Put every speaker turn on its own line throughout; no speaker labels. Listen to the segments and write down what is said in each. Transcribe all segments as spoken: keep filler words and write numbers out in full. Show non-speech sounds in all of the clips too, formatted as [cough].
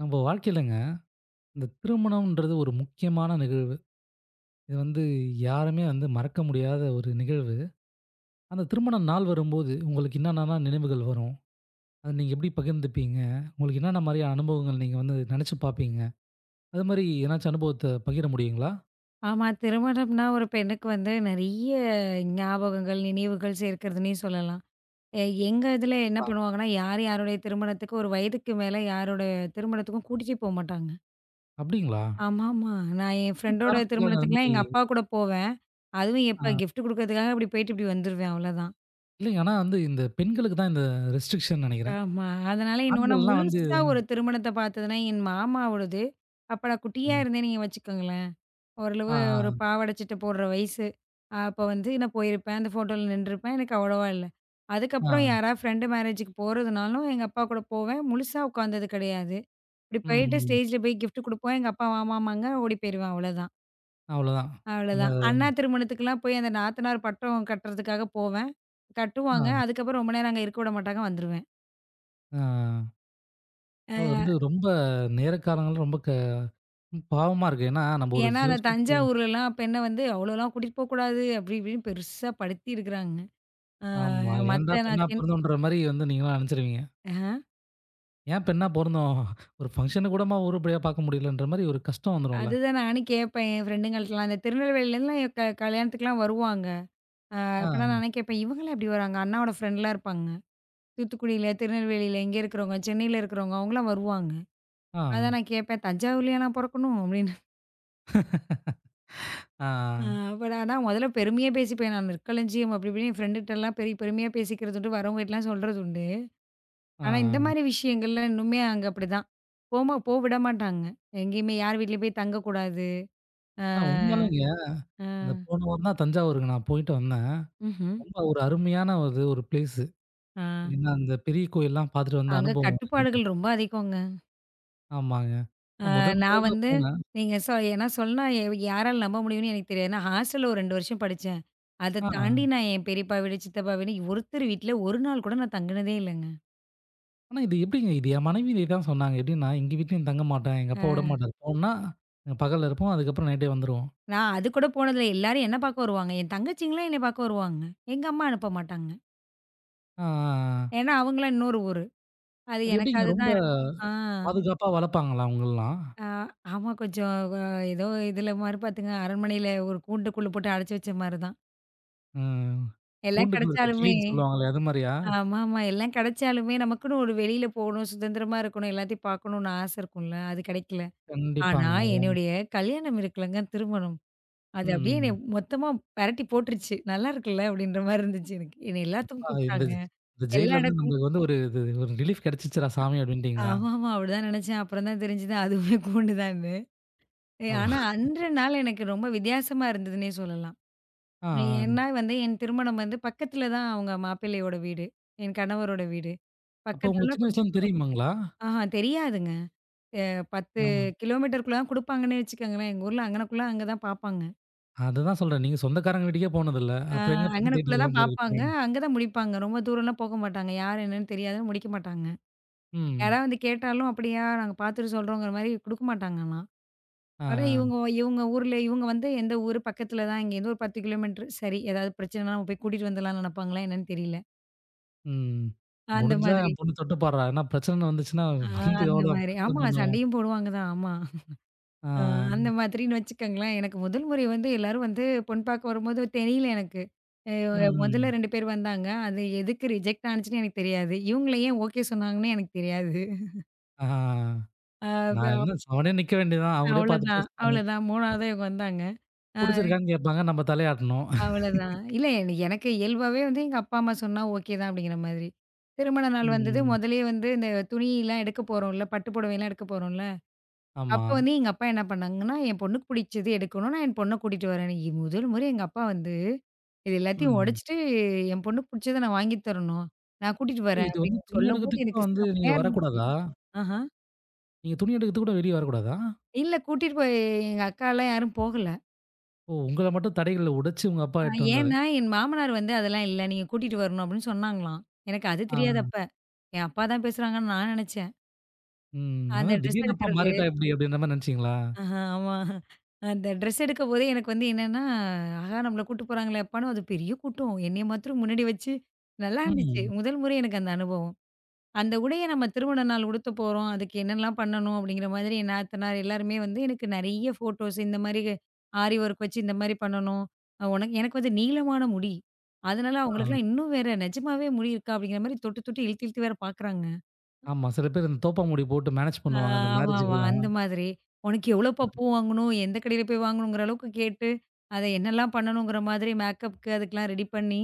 நம்ம வாழ்க்கையிலங்க, இந்த திருமணம்ன்றது ஒரு முக்கியமான நிகழ்வு. இது வந்து யாருமே வந்து மறக்க முடியாத ஒரு நிகழ்வு. அந்த திருமண நாள் வரும்போது, உங்களுக்கு என்னென்னலாம் நினைவுகள் வரும்? அத நீங்க எப்படி பகிர்ந்துப்பீங்க? உங்களுக்கு என்னென்ன மாரியான அனுபவங்கள் நீங்க வந்து நெனச்சு பாப்பீங்க? அது மாரி ஏதனாச்சும் அனுபவத்த பகிர முடியுங்களா?
ஆமா. திருமணம்னா ஒரு பெண்ணுக்கு வந்து நெறைய ஞாபகங்கள், நினைவுகள் சேர்க்கிறதுன்னே சொல்லலாம். எ எங்க இதுல என்ன
கண்டிப்பா.
பண்ணுவாங்கன்னா, யார் யாருடைய திருமணத்துக்கு ஒரு வயதுக்கு மேல யாரோட திருமணத்துக்கும் கூட்டிட்டே போமாட்டாங்க.
அப்டிங்களா?
ஆமாமா. நான் என்
என்ன
ஃப்ரெண்டோட
காரணத்துக்காக அது
திருமணத்துக்குலாம்
மாரி
எங்க அப்பா கூட போவேன். அதுவும்
ஆ,
எப்ப கிஃப்ட் குடுக்கறதுக்காக அப்படி போயிட்டு இப்படி வந்துருவேன் அவ்வளோதான்.
இல்லைங்க. ஆனா வந்து இந்த பெண்களுக்கு தான் இந்த ரெஸ்ட்ரிக்ஷன் நெனைக்கிறேன்.
ஆமா. அதனால என்னவோ நான்
ஆண்கள்லாம் வந்து
முழுசா ஒரு திருமணத்த பார்த்ததுன்னா, என் மாமாவோடது. அப்ப நான் குட்டியா இருந்தேன்னு நீங்க வச்சுக்கோங்களேன்.
ஆ,
ஓரளவு
ஆ,
ஒரு பாவாடை சட்டை போடுற வயசு. அப்ப வந்து நான் போயிருப்பேன். அந்த ஃபோட்டோல நின்றுருப்பேன். எனக்கு அவ்வளவா இல்ல. அதுக்கப்புறம்
ஆ.
யாராவது ஃப்ரெண்ட் மேரேஜுக்கு போறதுனாலும் எங்க அப்பா கூட போவேன். முழுசா உட்காந்தது கிடையாது. இப்படி
ம்,
போயிட்டு
ம்.
ஸ்டேஜ்ல போய் கிஃப்ட் குடுப்போம். எங்க அப்பா வாமாமாங்க ஓடி போயிருவேன் அவ்வளோதான்.
அவ்வளோதான். அந்த
அவ்வளோதான். அண்ணா திருமணத்துக்குலாம் போய் அந்த நாத்தனார் பட்டம் கட்டுறதுக்காக போவேன். கட்டுவாங்க.
ஆ,
அதுக்கப்புறம் ரொம்ப நேரம் அங்க இருக்க விட மாட்டாங்க வந்துருவேன்.
ஆ. அது
அ
வந்து ரொம்ப நேரக்காரங்களும் ரொம்ப க பாவமா இருக்கு. ஏன்னா, நம்ம ஒரு
ஏன்னா
சில
அந்த
விஷயத்துக்கு
தஞ்சாவூர்லலாம் பெண்ண வந்து அவ்வளோலாம் கூட்டிட்டு போக்கூடாது. அப்படி இப்படின்னு பெருசா படுத்தி இருக்கிறாங்க.
ஆமா.
அ
"ஏன்டா
மத்த நான்
பெண்ணா
சின்
பொறந்தோன்ற" மாரி வந்து நீங்கலாம் நெனச்சுருவீங்க.
ஆ.
"ஏன் பெண்ணா பொறந்தோம்? ஒரு ஃபங்ஷன கூடமா உருப்படியா பார்க்க முடியலன்ற" மாரி ஒரு கஷ்டம் வந்துரும்ல.
அதுதான் நானும் கேட்பேன் என் ஃப்ரெண்டுங்கள்ட்டலாம். இந்த திருநெல்வேலிலருந்துலாம் க கல்யாணத்துக்குலாம் வருவாங்க.
ஆ,
அப்பலாம் நானே கேட்பேன், இவங்கலாம் எப்படி வராங்க? அண்ணாவோட ஃப்ரெண்ட்லாம் இருப்பாங்க. தூத்துக்குடியில, திருநெல்வேலியில இங்க இருக்கிறவங்க, சென்னையில இருக்கிறவங்க அவங்கலாம் வருவாங்க.
ஆ,
அதான் நான் கேட்பேன், "தஞ்சாவூர்லயா நான் பொறக்கணும்?" அப்படின்னு.
ஆ,
அ அப்ப நான் தான் முதல்ல பெருமையா பேசிப்பேன் நான். "நெற்களஞ்சியம்" அப்படி இப்படின்னு என் ஃப்ரெண்டுட்டலாம் பெரிய பெருமையா பேசிக்கிறது உண்டு. வரவங்ககிட்டலாம் சொல்றது உண்டு. ஆனா இந்த
ஆ.
மாரி விஷயங்கள்ல இன்னுமே அங்க அப்படிதான். போமா போ விட மாட்டாங்க. எங்கேயுமே யார் வீட்லயும் போய் தங்கக்கூடாது. அ,
நான் உண்மையாலுங்க
அ.
அந்த போன வாரம் தான் தஞ்சாவூருக்கு நான் போயிட்டு வந்தேன்.
ம்ஹ்ம்.
ரொம்ப ஒரு அருமையான ஒரு ஒரு பிளேஸு.
ஆ.
ஏன்னா, அந்த பெரிய கோயில்லாம் பார்த்துட்டு வந்த
அங்க
அனுபவம்.
கட்டுப்பாடுகள் ரொம்ப அதிகங்க.
ஆமாங்க.
அ
நான் முதன்
நான்
முதல்ல
வந்து
போனேன்.
நீங்க சொ ஏன்னா சொன்னா எ யாரால நம்ப முடியும்னு எனக்கு தெரியாது. நான் ஹாஸ்டல்ல ஒரு ரெண்டு வருஷம் படிச்சேன். அத
ஆ.
தாண்டி நான் என் பெரியப்பா வீடு, சித்தப்பா வீடு ஒருத்தர் வீட்ல ஒரு நாள் கூட நான் தங்குனதே இல்லங்க.
ஆனா, இது எப்படிங்க? இது என் மனைவி இதே தான் சொன்னாங்க. எப்படின்னா, எங்க வீட்லயும் தங்க மாட்டேன். எங்க அப்பா
அ
விடமாட்டாரு. போன்னா, அ பகல்ல இருப்போம். அதுக்கப்புறம் நைட்டே வந்துருவோம்.
நான் அது கூட போனதில்ல. எல்லாரும் என்ன பார்க்க வருவாங்க. என் தங்கச்சிங்கலாம் என்னைய பார்க்க வருவாங்க. எங்க அம்மா அனுப்ப மாட்டாங்க.
ஆ, ஆ, ஆ.
ஏன்னா அவங்கலாம் இன்னொரு ஊரு. அது
அது
எனக்கு
எப்படிங்க
அதுதான்
ரொம்ப
இரு ஆ,
பாதுகாப்பா வளர்ப்பாங்களா அவங்கள்லாம்?
ஆ ஆமா கொஞ்சம். அ ஏதோ இதுல மாரி பார்த்துங்க அரண்மனையில ஒரு கூண்டுக்குள்ள போட்டு அடைச்சு வச்ச மாரி தான்.
ம்.
எல்லாம்
கூண்டுக்குள்ள இருக்க
கிடைச்சாலுமே
கிளின்னு சொல்லுவாங்களே, அது மாரியா?
ஆமாமா. எல்லாம் கிடைச்சாலுமே நமக்குன்னு ஒரு வெளியில போணும், சுதந்திரமா இருக்கணும், எல்லாத்தையும் பார்க்கணும்னு ஆசை இருக்கும்ல. அது கிடைக்கல. ஆனா
கண்டிப்பாங்க.
என்னுடைய கல்யாணம் இருக்குல்லங்க, திருமணம்.
ம்,
அது அப்படியே என்னைய
ம்.
மொத்தமா பெரட்டி போட்டுருச்சு. "நல்லா இருக்குல்ல?" அப்படின்ற மாரி இருந்துச்சு எனக்கு. என்னை எல்லாத்துக்கும்
ஆ இந்த
கூப்பிட்டாங்க.
ஜ இந்த
எல்லா
ஜெயில்லருந்து
இடக்கும்
நம்மளுக்கு வந்து ஒரு இது ஒரு ரிலீஃப் கிடைச்சிச்சுடா சாமி அப்படின்ட்டீங்களா?
ஆமாமா. அப்படிதான் நெனைச்சேன். அப்புறம் தான் தெரிஞ்சுது அதுவுமே கூண்டு தான்னு. எ ஆனா
அப்ப
அன்றைய நாள் எனக்கு ரொம்ப வித்தியாசமா இருந்ததுன்னே சொல்லலாம்.
ஆ, ஆ.
ஏன்னா வந்து என் திருமணம் வந்து பக்கத்துல தான் அவங்க மாப்பிள்ளையோட வீடு. என் கணவரோட வீடு.
அப்ப
பக்கத்துலனா
உங்களுக்கு சின்ன
கொஞ்சம்
வயசுலருந்து
தூரம்.
தெரியுமாங்களா?
ஆஹா தெரியாதுங்க. அ பத்து
ஆ.
கிலோமீட்டருக்குள்ள தான் குடுப்பாங்கன்னே வச்சுக்கோங்களேன். எங்க ஊர்ல அங்கனக்குள்ள அங்க தான் பாப்பாங்க.
அதுதான் சொல்றேன். நீங்க சொந்தக்காரங்க வீட்டுக்கே போனதில்ல.
அ
அப்புறம் எங்க பக்கத்து
அங்கனக்குள்ள தான்
வீட்டுக்கெல்லாம் போயிருக்க
பாப்பாங்க.
போறீங்க?
அங்க தான் முடிப்பாங்க. ரொம்ப தூரம்லாம் போக மாட்டாங்க. யார் என்னன்னு தெரியாதுன்னு முடிக்க மாட்டாங்க.
ம்.
யாராவது வந்து கேட்டாலும், "அப்படியா நாங்க பார்த்துட்டு சொல்றோங்கிற" மாரி குடுக்க மாட்டாங்க ஆனா.
ஆ,
ஆனா
ஆ.
இவங்க இவங்க ஊர்ல இவங்க வந்து எந்த ஊரு பக்கத்துல தான் இங்கேருந்து ஒரு பத்து கிலோமீட்டர். சரி ஏதாவது பிரச்சனைனா நம்ம போய் கூட்டிட்டு வந்துடலாம்னு நெனப்பாங்களா என்னன்னு தெரியல.
ம்.
அந்த
முடிஞ்சா
மாதிரி.
என் பொண்ணு தொட்டு பாடுறா. ஏன்னா பிரச்சனைன்னு வந்துச்சுன்னா
ஆ
வந்து
அந்த
அவ்வளோதான்
மாரி.
பிரச்சனை
ஆமா
பண்ணும்.
சண்டையும் போடுவாங்க தான். ஆமா.
ஆ.
ஆ, அந்த மாதிரின்னு வச்சுக்கோங்களேன். எனக்கு முதல் முறை வந்து எல்லாரும் வந்து பொண் பார்க்க வரும்போது தெரியல எனக்கு. அ
ம்,
முதல்ல
ம்.
ரெண்டு பேர் வந்தாங்க. அது எதுக்கு ரிஜெக்ட் ஆனுச்சுன்னு எனக்கு தெரியாது. இவங்கள ஏன் ஓகே சொன்னாங்கன்னு எனக்கு தெரியாது.
ஆ.
அது
நான்
அப்
என்ன செவனே நிக்க வேண்டியதுதான். அவங்களே பார்த்து
அவ்வளோதான்,
பேசிப்பாங்க.
அவ்வளோதான் 3வதா இவங்க வந்தாங்க. ஆ
புடிச்சிருக்கான்னு கேட்பாங்க. நம்ம தலையாட்டணும்.
அவ்வளோதான். இல்ல எனக்கு எனக்கு இயல்பாவே வந்து எங்க அப்பா, அம்மா சொன்னா ஓகே தான் அப்படிங்கிற மாதிரி. திருமண நாள் வந்தது.
ம்.
முதல்லயே வந்து இந்த துணிலாம் எடுக்க போறோம்ல, பட்டு புடவைலாம் எடுக்க போறோம்ல.
ஆமா.
அப்ப வந்து எங்க அப்பா என்ன பண்ணாங்கன்னா, என் பொண்ணுக்கு பிடிச்சது எடுக்கணும். நான் என் பொண்ண கூட்டிட்டு வரேன். இ முதல் முறை எங்க அப்பா வந்து, இது எல்லாத்தையும் ம்.
ம்.
உடைச்சுட்டு, என் பொண்ணுக்கு பிடிச்சத நான் வாங்கி தரணும். நான் கூட்டிட்டு
ஓ!
வரேன்
இது வந்து
அப்படின்னு
துணி
சொல்லும்போது
எடுக்கிறதுக்கு கூட
எனக்கு
வந்து நீங்க
செம்மையா இருந்துச்சு.
வரக்கூடாதா?
ஆஹா.
நீங்க துணி எடுக்கிறதுக்கு கூட வெளிய வரக்கூடாதா?
இல்ல கூட்டிட்டு போய் எங்க அக்காலாம் யாரும் போகல.
ஓ! உங்கள மட்டும் தடைகள உடைச்சு உங்க அப்பா
அ
இட்டுட்டு வந்தாரு.
ஏன்னா, என் மாமனார் வந்து அதெல்லாம் இல்ல. நீங்க கூட்டிட்டு வரணும் அப்படின்னு சொன்னாங்களாம். எனக்கு அது
ஆ.
தெரியாது அப்ப. என் அப்பா தான் பேசுறாங்கன்னு நான் நினைச்சேன்.
ம்.
அந்த
அதான்
ட்ரெஸ்
திடீர்னு அப்பா
எடுக்கிறது
மாறிட்டா எப்படி அப்படின்ற மாரி நெனச்சீங்களா?
ஆஹா, ஆமா. அந்த ட்ரெஸ் எடுக்கும்போதே எனக்கு வந்து என்னன்னா, ஆஹா நம்மள கூட்டு போறாங்களேப்பான்னு அது பெரிய கூட்டம். என்னைய மாத்திரம் முன்னாடி வச்சு நல்லா இருந்துச்சு.
ம்.
முதல் முறை எனக்கு அந்த அனுபவம். அந்த உடைய நம்ம திருமண நாள் உடுத்த போறோம். அதுக்கு என்னலாம் பண்ணணும் அப்படிங்கிற மாதிரி என் நாத்தனார் எல்லாருமே வந்து எனக்கு நெறைய ஃபோட்டோஸ் இந்த மாரி ஆரி ஒர்க் வச்சு இந்த மாரி பண்ணணும். அ உனக்கு எனக்கு வந்து நீளமான முடி. அதனால
ஆ.
அவங்களுக்கெல்லாம் இன்னும் வேற நிஜமாவே முடி இருக்கா அப்படிங்கிற மாரி தொட்டு தொட்டு இழுத்து இழுத்து வேற பார்க்குறாங்க.
ஆமா. சில பேர் இந்த தோப்பாங்குடி போட்டு மேனேஜ்
ஆ,
பண்ணுவாங்க. இந்த
ஆமாமா.
மேரேஜ்க்குலாம்.
அந்த மாதிரி. "உனக்கு எவ்வளோப்பா பூ வாங்கணும்? எந்த கடையில போய் வாங்கணுங்கிற அளவுக்கு கேட்டு, அத என்னெல்லாம் பண்ணணுங்கிற மாதிரி மேக்கப்க்கு அதுக்கெல்லாம் ரெடி பண்ணி,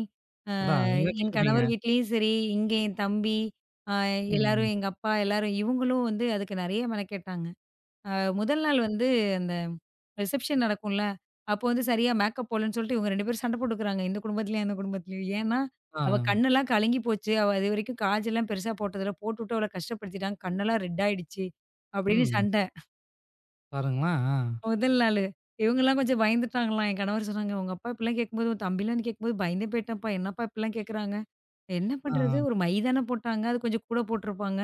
அ
அதான் நீங்க
என்
கேட்ருப்பீங்க.
கணவர் வீட்லயும் சரி, இங்க என் தம்பி, அ
ம்.
எல்லாரும் எங்க அப்பா எல்லாரும் இவங்களும் வந்து அதுக்கு நெறைய மெனக்கெட்டாங்க. அ முதல் நாள் வந்து அந்த ரிசப்ஷன் நடக்கும்ல. அப்போ வந்து சரியா மேக்கப் போடலன்னு சொல்லிட்டு இவங்க ரெண்டு பேரும் சண்டை போட்டுக்கிறாங்க. இந்த குடும்பத்திலயும், அந்த குடும்பத்திலயும். ஏன்னா,
ஆ.
அவ கண்ணெல்லாம் கலங்கி போச்சு. அவ அதுவரைக்கும் காஜெல்லாம் பெருசா போட்டதில்ல. போட்டுவிட்டு அவள கஷ்டப்படுத்திட்டாங்க. கண்ணெல்லாம் ரெட் ஆயிடுச்சு. அப்படின்னு
ம்.
சண்டை
பாருங்களேன். ஆ.
முதல் நாளு. இவங்கலாம் கொஞ்சம் பயந்துட்டாங்களாம். என் கணவர் சொன்னாங்க, "உங்க அப்பா இப்படிலாம் கேட்கும்போது, உன் தம்பிலாம் கேட்கும்போது பயந்தே போயிட்டேன்ப்பா. என்னப்பா இப்படிலாம் கேட்குறாங்க?" "என்ன பண்றது?
ஆ.
ஒரு மை தானே போட்டாங்க. அது கொஞ்சம் கூட போட்டிருப்பாங்க.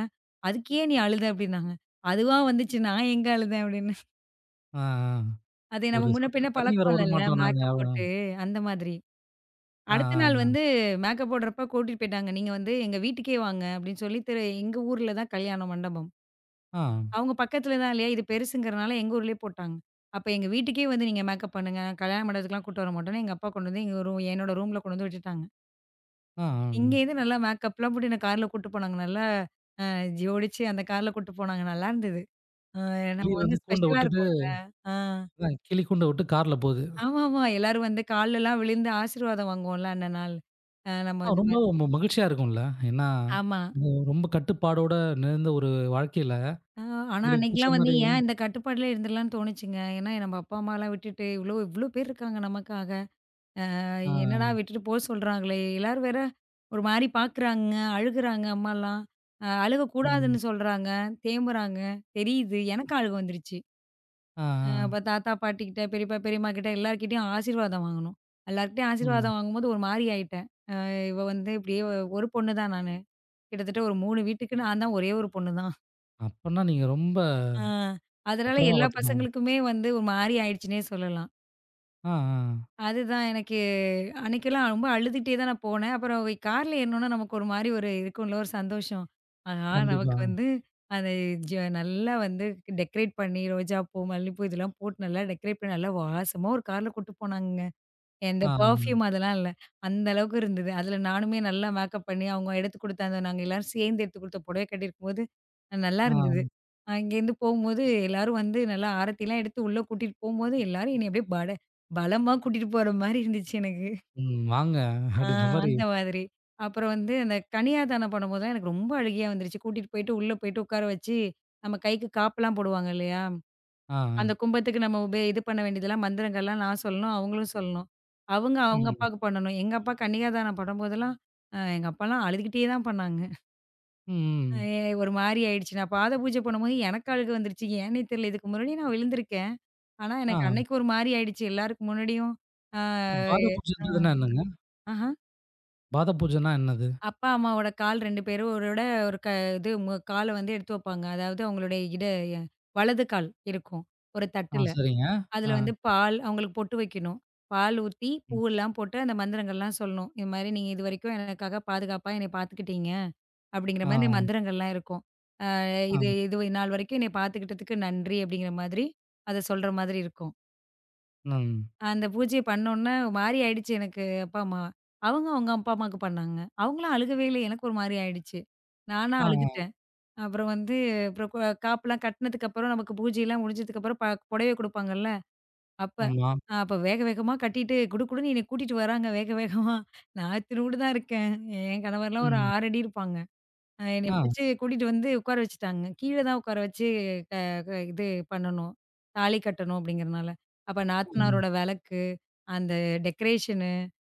அதுக்கு ஏன் நீ அழுத?" அப்படின்னாங்க. "அதுவா வந்துச்சு. நான் எங்க அழுதேன்?" அப்படின்னேன்.
ஆ. ஆ.
அது நம்ம
ஒரு
ம். முன்ன
சொட்டு
பின்ன
தண்ணி வர
பழக்கம் இல்லல்ல.
விடமாட்டோம் நாங்க.
மேக்கப் போட்டு அந்த மாதிரி.
ஆ.
அடுத்த நாள்
ஆ.
வந்து மேக்கப் போடுறப்ப கூட்டிட்டு போயிட்டாங்க. "நீங்க வந்து எங்க வீட்டுக்கே வாங்க" அப்படின்னு சொல்லி திரு எங்க ஊர்ல தான் கல்யாண மண்டபம்.
ஆ.
அவங்க பக்கத்துல தான் இல்லையா, இது பெருசுங்கிறனால எங்க ஊர்லயே போட்டாங்க. அப்ப எங்க வீட்டுக்கே வந்து நீங்க மேக்கப் பண்ணுங்க. நான் கல்யாண மண்டபத்துக்குலாம் கூட்டு வர மாட்டோம்ன்னு, எங்க அப்பா கொண்டு வந்து எங்க ரூம் என்னோட ரூம்ல கொண்டு வந்து விட்டுட்டாங்க.
ஆ. ம்.
இங்கேருந்து நல்லா மேக்கப்லாம் போட்டு என்ன கார்ல கூட்டு போனாங்க. நல்லா ஜோடிச்சு அந்த கார்ல கூட்டு போனாங்க. நல்லா இருந்தது. அ நம்ம
கிளி
வந்து
வந்து கூண்ட
ஸ்பெஷலா
விட்டுட்டு
இருக்கும்ல. ஆ.
அதான் கிளி கூண்ட விட்டு கார்ல போகுது.
ஆமாமா. எல்லாரும் வந்து கால்லலாம் விழுந்து ஆசீர்வாதம் வாங்குவோம்ல அந்த நாள். அ நம்ம
ஆ,
அந்த
ரொம்ப
மாரி
ம மகிழ்ச்சியா இருக்கும்ல. ஏன்னா,
ஆமா.
இது ரொம்ப கட்டுப்பாடோட நிறைந்த ஒரு வாழ்க்கையில
அ ஆனா
உங்களுக்கு புடிச்ச
அன்னைக்கெல்லாம் வந்து
மாரி
ஏன் இந்த கட்டுப்பாடுல இருந்துடலாம்னு தோணுச்சுங்க. ஏன்னா நம்ம அப்பா, அம்மாலாம் விட்டுட்டு இவ்ளோ இவ்ளோ பேர் இருக்காங்க நமக்காக. அஹ் என்னடா
ஆ.
விட்டுட்டு போ சொல்றாங்களே! எல்லாரும் வேற ஒரு மாரி பார்க்குறாங்க, அழுகுறாங்க அம்மாலாம். அ
ம்.
அழுகக்கூடாதுன்னு சொல்றாங்க, தேம்புறாங்க. தெரியுது. எனக்கும் அழுக வந்துருச்சு.
ஆ.
அ
ஆ.
அப்ப தாத்தா, பாட்டிக்கிட்ட, பெரியப்பா, பெரியம்மாகிட்ட எல்லார்கிட்டயும் ஆசீர்வாதம் வாங்கணும். எல்லார்கிட்டயும்
ம்.
ஆசீர்வாதம் வாங்கும்போது ஒரு மாரி ஆயிட்டேன். இவ வந்து இப்படியே ஒ- ஒரு பொண்ணு தான் நானு. கிட்டத்தட்ட ஒரு மூணு வீட்டுக்கு நான் தான் ஒரே ஒரு பொண்ணு தான்.
அப்பன்னா நீங்க ரொம்ப
ஆ. அதனால
பத்திரமா
எல்லா
பார்த்துப்பாங்க.
பசங்களுக்குமே வந்து ஒரு மாரி ஆயிடுச்சுன்னே சொல்லலாம்.
ஆ. ஆ.
அதுதான் எனக்கு அன்னைக்கெல்லாம் ரொம்ப அழுதுட்டே தான் நான் போனேன். அப்புறம் கார்ல ஏறுனோனே நமக்கு ஒரு மாரி ஒரு இருக்கும்ல ஒரு சந்தோஷம். ஆஹா! நமக்கு
கண்டிப்பா.
வந்து அத ஜ நல்லா வந்து டெக்கரேட் பண்ணி ரோஜா பூ, மல்லிப்பூ இதெல்லாம் போட்டு நல்லா டெக்கரேட் பண்ணி நல்லா வாசமா ஒரு கார்ல கூட்டு போனாங்க. எந்த
ஆ.
பெர்ஃப்யூம் அதெல்லாம் இல்ல. அந்த அளவுக்கு இருந்தது. அதில நானுமே நல்லா மேக்கப் பண்ணி, அவங்க எடுத்து குடுத்த அந்த நாங்க எல்லாரும் சேர்ந்து எடுத்து குடுத்த புடவை கட்டியிருக்கும்போது, நல்லா இருந்தது.
ஆ.
அ இங்கேருந்து போகும்போது எல்லாரும் வந்து நல்லா ஆரத்திலாம் எடுத்து உள்ள கூட்டிட்டு போம்போது, எல்லாரும் என்னைய அப்படியே பட பலமா கூட்டிட்டு போற மாரி இருந்துச்சு எனக்கு.
ம். வாங்க
ஆ
அப்படின்ற மாரி.
அந்த மாதிரி. அப்புறம் வந்து அந்த கன்னியாதானம் பண்ணும்போதெல்லாம் எனக்கு ரொம்ப அழுகையா வந்துருச்சு. கூட்டிட்டு போயிட்டு, உள்ள போயிட்டு உட்கார வச்சு, நம்ம கைக்கு காப்புலாம் போடுவாங்க இல்லையா?
ஆ. ஆ.
அந்த கும்பத்துக்கு நம்ம உப இது பண்ண வேண்டியதெல்லாம் மந்திரங்கள்லாம் நான் சொல்லணும், அவங்களும் சொல்லணும். அவங்க அவங்க
ம்.
அப்பாவுக்கு பண்ணணும். எங்க அப்பா கன்னிகாதானம் பண்ணும்போதெல்லாம், அ எங்க அப்பாலாம் அழுதுகிட்டே தான் பண்ணாங்க.
ம்.
ஏ ஒரு மாரி ஆயிடுச்சு. நான் பாத பூஜை பண்ணும்போது எனக்கு அழுக வந்துருச்சு. ஏன்னே தெரியல. இதுக்கு முன்னாடி நான் விழுந்திருக்கேன். ஆனா
ஆ,
எனக்கு அன்னைக்கு ஒரு மாரி ஆயிடுச்சு. எல்லாருக்கும் முன்னாடியும். ஆ
ம். பாத
எ அ
பூஜைன்றதுன்னா என்னங்க?
ஆஹ.
பாத பூஜைன்னா என்னது?
அப்பா, அம்மாவோட கால் ரெண்டு பேரும் ஒரோட ஒரு க இது மு கால வந்து எடுத்து வைப்பாங்க. அதாவது அவங்களுடைய இட வலது கால் இருக்கும். ஒரு
ஆ
தட்டுல.
சரிங்க. ஆ,
அதில வந்து பால் அவங்களுக்கு பொட்டு வைக்கணும். பால் ஊத்தி,
ம்.
பூவெல்லாம் போட்டு அந்த மந்திரங்கள்லாம் சொல்லணும். இது மாரி நீங்க இதுவரைக்கும் எனக்காக பாதுகாப்பா என்னைய பார்த்துக்கிட்டீங்க. அப்படிங்கிற
ஆ,
மாரி இந்த மந்திரங்கள்லாம் இருக்கும். அ
ஆ,
இது இது நாள் வரைக்கும் என்னைய பார்த்துக்கிட்டதுக்கு நன்றி அப்படிங்கிற மாதிரி அத சொல்ற மாதிரி இருக்கும்.
ம்.
அந்த பூஜைய பண்ணோனே ஒரு மாரி ஆயிடுச்சு எனக்கு அப்பா, அம்மா. அவங்க அவங்க அப்பா, அம்மாவுக்கு பண்ணாங்க. அவங்கலாம் அழுகவே இல்ல. எனக்கு ஒரு மாரி ஆயிடுச்சு. நானா
ஆ,
அழுதுட்டேன். அப்புறம் வந்து அப்புறம் கு- காப்புலாம் கட்டினதுக்கப்புறம் நமக்கு பூஜைலாம் முடிஞ்சதுக்கப்புறம் ப புடவை குடுப்பாங்கல்ல. அப்ப
ஆமா.
அ அப்ப வேக வேகமா கட்டிட்டு குடு குடுன்னு என்னைய கூட்டிட்டு வராங்க வேக வேகமா. நான் இத்துணூண்டு தான் இருக்கேன். என் கணவர்லாம் ஒரு ம்.
ம்.
ஆறு அடி இருப்பாங்க. அ என்னைய
ஆ,
பிடிச்சு கூட்டிட்டு வந்து உட்கார வச்சுட்டாங்க. கீழ தான் உட்கார வச்சு க க இது பண்ணணும். தாலி கட்டணும் அப்படிங்கிறனால. அப்ப ம்.
ம்.
நாத்தனாரோட விளக்கு, அந்த டெக்கரேஷனு,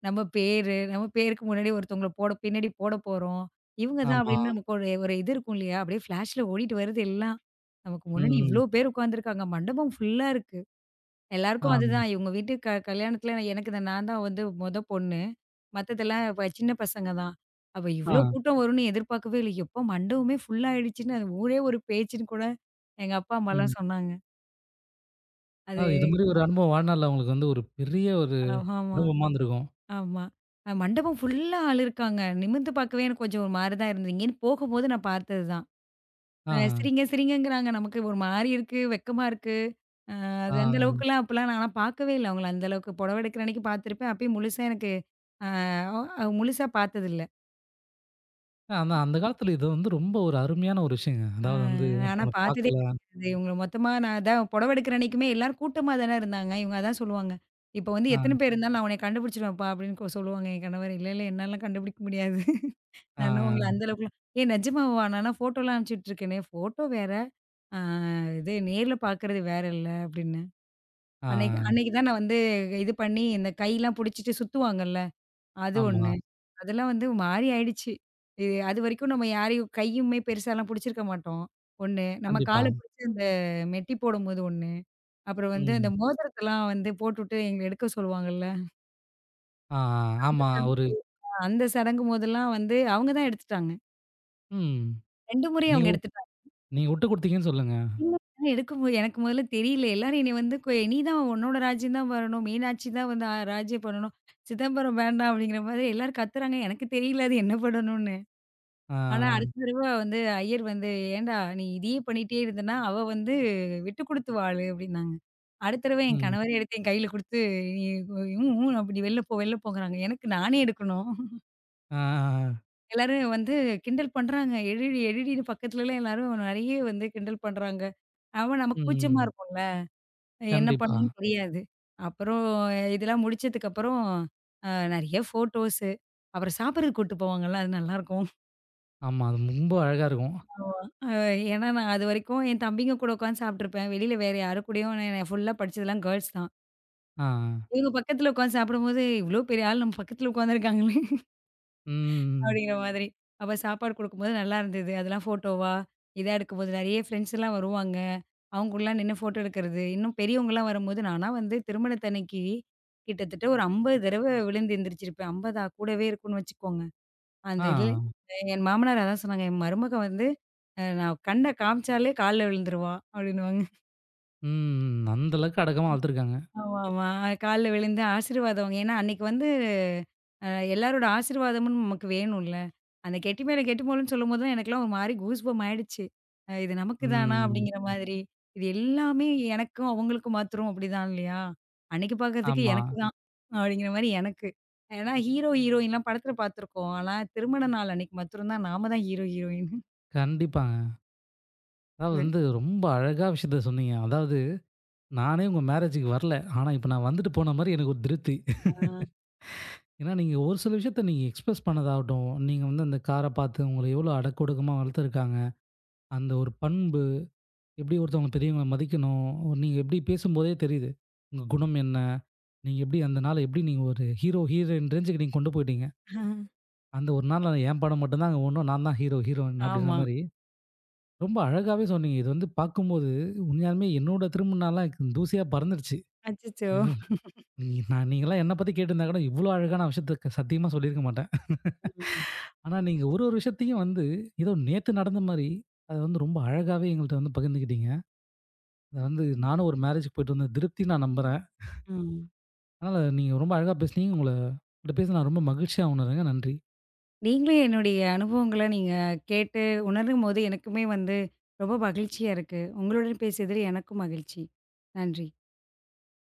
நம்ம பேரு, நம்ம பேருக்கு முன்னாடி ஒருத்தவங்கள போட பின்னாடி போட போறோம். இவங்க தான் ம்.
ஆமா.
அப்படின்னு நமக்கு ஒரு ஒரு இது இருக்கும் இல்லையா? அப்படியே ஃப்ளாஷ்ல ஓடிட்டு வருது எல்லாம். நமக்கு முன்னாடி ம்.
ம்.
இவ்ளோ பேர் உட்கார்ந்துருக்காங்க. மண்டபம் ஃபுல்லா இருக்கு.
ஆ,
எல்லாருக்கும் ம். அதுதான். இவங்க வீட்டு க கல்யாணத்துல எனக்கு தான் நான் தான் வந்து மொத பொண்ணு. மத்ததெல்லாம் வ சின்ன பசங்க தான். அப்ப
ஆ,
இவ்ளோ கூட்டம் வரும்னு எதிர்பார்க்கவே இல்ல. எப்பா மண்டபமே ஃபுல் ஆயிடுச்சுன்னு, அது ஊரே ஒரு பேச்சுன்னு கூட எங்க அப்பா, அம்மாலாம்
ம்.
சொன்னாங்க. அது
அதாவது இது மாரி ஒரு அனுபவம் வாழ்நாள்ல உங்களுக்கு வந்து ஒரு பெரிய ஒரு
ஆமா,
அனுபவமா இருந்திருக்கும்.
ஆமா. அ மண்டபம் ஃபுல்லா ஆள் இருக்காங்க. நிமிர்ந்து பார்க்கவே எனக்கு கொஞ்சம் ஒரு மாரி தான் இருந்தது. இங்கேருந்து போகும்போது நான் பார்த்தது தான்.
ஆ,
அ "சிரிங்க, சிரிங்கங்கிறாங்க." நமக்கு ஒரு மாரி இருக்கு, வெட்கமா இருக்கு. அது
ஆ.
அந்த அளவுக்குலாம் அப்பலாம் நான்லாம் பார்க்கவே இல்ல அவங்கள. அந்த அளவுக்கு புடவ எடுக்கிற அன்னைக்கு பார்த்துருப்பேன். அப்பயும் முழுசா எனக்கு ஆ அ முழுசா பார்த்ததில்ல.
ஆனா அந்த காலத்துல இது வந்து ரொம்ப ஒரு அருமையான ஒரு விஷயங்க.
ஆ
அதாவது வந்து
ஆனா
மத்தவங்கள
பார்த்ததே
பார்க்கல.
கிடையாது. இவங்கள மொத்தமா நான் அதான் புடவ எடுக்கிற அன்னைக்குமே எல்லாரும் கூட்டமா தானே இருந்தாங்க. இவங்க அதான் சொல்லுவாங்க. "இப்ப வந்து எத்தன
ஆ,
பேர் இருந்தாலும் நான் உன்னைய கண்டுபிடிச்சுருவேன்ப்பா" அப்படின்னு கொ சொல்லுவாங்க என் கணவர். "இல்ல, இல்ல என்னாலாம் கண்டுபிடிக்க முடியாது. [laughs]
ஆ,
நான் இன்னும் உங்கள அந்த அளவுக்குலாம்" "ஏய் நிஜமாவா? நான்லாம் ஃபோட்டோலாம் அனுப்பிச்சுட்டுருக்கேனே!" "ஃபோட்டோ வேற, ஆ இது நேர்ல பார்க்கறது வேற இல்ல" அப்படின்னு.
ஆ.
அன்னைக்கு அன்னைக்கு தான் நான் வந்து இது பண்ணி இந்த கைலாம் புடிச்சிட்டு சுத்துவாங்கல்ல, அது
ஆமா.
ஒண்ணு. அதெல்லாம் வந்து மாறி ஆயிடுச்சு. இது அதுவரைக்கும் நம்ம யாரையும் கையுமே பெருசாலாம் புடிச்சிருக்க மாட்டோம். ஒண்ணு நம்ம
கண்டிப்பா.
கால பிடிச்சு அந்த மெட்டி போடும்போது ஒன்று, அப்புறம் வந்து அந்த
ம்.
மோதிரத்தலாம் வந்து போட்டுட்டு எங்கள எடுக்க சொல்லுவாங்கல்ல.
ஆ, ஆமா. ஒரு
அந்த சடங்கு போதெல்லாம் வந்து அவங்க தான் எடுத்துட்டாங்க.
ம்.
ரெண்டு முறை அவங்க
நீங்க
எடுத்துட்டாங்க.
நீங்க விட்டு குடுத்தீங்கன்னு சொல்லுங்க.
இல்ல எடுக்கும் போது எனக்கு முதல்ல தெரியல. எல்லாரும் என்னைய வந்து கொ "நீ தான் உன்னோட ராஜ்யம் தான் வரணும். மீனாட்சி தான் வந்து அ ராஜ்யம் பண்ணணும். சிதம்பரம் வேண்டாம்" அப்படிங்கிற மாதிரி எல்லாரும் கத்துறாங்க. எனக்கு தெரியல அது என்ன பண்ணணும்னு.
ஆ,
ஆனா, அடுத்த தடவ வந்து ஐயர் வந்து, "ஏன்டா நீ இதையே பண்ணிட்டே இருந்தன்னா, அவ வந்து விட்டுக் குடுத்து வாழு" அப்படின்னாங்க. அடுத்த தடவ என்
ம்.
கணவரே எடுத்து என் கையில குடுத்து, "நீ ஊம் ஊம் அப்படி வெளில போ, வெளில போங்கறாங்க." எனக்கு நானே எடுக்கணும்.
ஆ, ஆ. ஆ.
எல்லாரும் வந்து கிண்டல் பண்றாங்க. "எடுடி எடுடின்னு" பக்கத்துலலாம் எல்லாரும் நெறைய வந்து கிண்டல் பண்றாங்க. அவன் நமக்கு கூச்சமா
ம்.
இருக்கும்ல. என்ன
கண்டிப்பா.
பண்ணணும்னு தெரியாது. அப்புறம் இதெல்லாம் முடிச்சதுக்கப்புறம், அ நெறைய ஃபோட்டோஸு, அப்புறம் சாப்பிடறதுக்கு கூட்டு போவாங்கல்ல, அது நல்லாருக்கும்.
ஆமா. அது ரொம்ப அழகா இருக்கும்.
ஆமா. அ ஏன்னா நான் அதுவரைக்கும் என் தம்பிங்க கூட உட்காந்து சாப்பிட்டுருப்பேன். வெளியில வேற யாரு கூடயும் நான் ஃபுல்லா படிச்சதெல்லாம் கேர்ல்ஸ் தான்.
ஆ.
இவங்க பக்கத்துல உட்காந்து சாப்பிடும்போது, "இவ்ளோ பெரிய ஆள் நம்ம பக்கத்துல உட்காந்துருக்காங்களே!" [laughs]
ம்.
அப்படிங்கிற மாதிரி. அப்ப சாப்பாடு குடுக்கும்போது நல்லா இருந்தது. அதெல்லாம் ஃபோட்டோவா, இதா எடுக்கும்போது நெறைய ஃப்ரெண்ட்ஸ் எல்லாம் வருவாங்க. அவங்க கூடலாம் நின்னு ஃபோட்டோ எடுக்கிறது. இன்னும் பெரியவங்கலாம் வரும்போது, நானா வந்து திருமணத்தன்னைக்கு கிட்டத்தட்ட ஒரு ஐம்பது தடவ விழுந்து எந்திரிச்சிருப்பேன். ஐம்பதா கூடவே இருக்கும்னு வச்சுக்கோங்க. அந்த
ஆ.
இதுல என் மாமனார் அதான் சொன்னாங்க. என் மருமக வந்து அ நான் கண்ண காமிச்சாலே கால்ல விழுந்துருவா அப்டின்னுவாங்க.
ம். அந்த அளவுக்கு அடக்கமா வளர்த்துருக்காங்க.
ஆமா, ஆமா. கால்ல விழுந்து ஆசீர்வாதம் வாங்கி ஏன்னா அன்னைக்கு வந்து அ எல்லாரோட ஆசீர்வாதமும் நமக்கு வேணும்ல. அந்த கெட்டி மேல கெட்டி மேலன்னு சொல்லும்போது தான் எனக்கெல்லாம் ஒரு மாரி கூஸ் பம்ப் ஆயிடுச்சு. அ இது நமக்கு தானா
ம்.
அப்படிங்கிற மாதிரி. இது எல்லாமே எனக்கும் அவங்களுக்கும் மாத்திரம் அப்படிதான் இல்லையா? அன்னைக்கு பாக்கறதுக்கு
ஆமா.
எனக்கு தான் அப்படிங்கிற மாரி எனக்கு. ஏன்னா ஹீரோ, ஹீரோயின்லாம் படத்துல பாத்துருக்கோம். ஆனா திருமண நாள் அன்னைக்கு மாத்திரம் தான் நாம தான் ஹீரோ, ஹீரோயின்.
கண்டிப்பாங்க. அதாவது வந்து ரொம்ப அழகா விஷயத்த சொன்னீங்க. அதாவது நானே உங்க மேரேஜ்க்கு வரல. ஆனா இப்ப நான் வந்துட்டு போன மாரி எனக்கு ஒரு திருப்தி.
ஆ.
ஏன்னா நீங்க ஒரு சில விஷயத்த நீங்க எக்ஸ்பிரஸ் பண்ணதாகட்டும், நீங்க வந்து அந்த கார பார்த்து உங்கள எவ்வளோ அடக்கொடுக்கமா வளர்த்துருக்காங்க. அந்த ஒரு பண்பு எப்படி ஒருத்தவங்க பெரியவங்கள மதிக்கணும், நீங்க எப்படி பேசும்போதே தெரியுது. உங்க குணம் என்ன? நீங்க எப்படி அந்த நாள எப்படி நீங்க ஒரு ஹீரோ, ஹீரோயின் ரேஞ்சுக்கு நீங்க கொண்டு போயிட்டீங்க. அந்த ஒரு நாள்ல என் படம் மட்டும் தான் அங்க ஓடணும். நான் தான் ஹீரோ, ஹீரோயின் அப்படின்ற
ஆமா.
மாரி ரொம்ப அழகாவே சொன்னீங்க. இது வந்து பார்க்கும்போது உண்மையாலுமே என்னோட திருமணம்லாம் தூசியா பறந்துடுச்சு.
அச்சச்சோ!
இது நீ- நான் நீங்கலாம் என்ன பத்தி கேட்டிருந்தா கூட இவ்வளோ அழகான விஷயத்த சத்தியமா சொல்லியிருக்க மாட்டேன்.
ம்,
ஆனா நீங்க ஒரு ஒரு விஷயத்தையும் வந்து ஏதோ நேத்து நடந்த மாரி அத வந்து ரொம்ப அழகாவே எங்கள்ட்ட வந்து பகிர்ந்துக்கிட்டீங்க. அத வந்து நானும் ஒரு மேரேஜ்க்கு போயிட்டு வந்த திருப்தி நான் நம்புறேன்.
ம்.
அதனால நீங்க ரொம்ப அழகா பேசுனீங்க. உங்கள உங்கள்ட்ட பேச நான் ரொம்ப மகிழ்ச்சியா உணர்றேங்க. நன்றி.
நீங்களும் என்னுடைய அனுபவங்கள நீங்க கேட்டு உணரும்போது எனக்குமே வந்து ரொம்ப மகிழ்ச்சியா இருக்கு. உங்களுடன் பேசியதில் எனக்கும் மகிழ்ச்சி. நன்றி.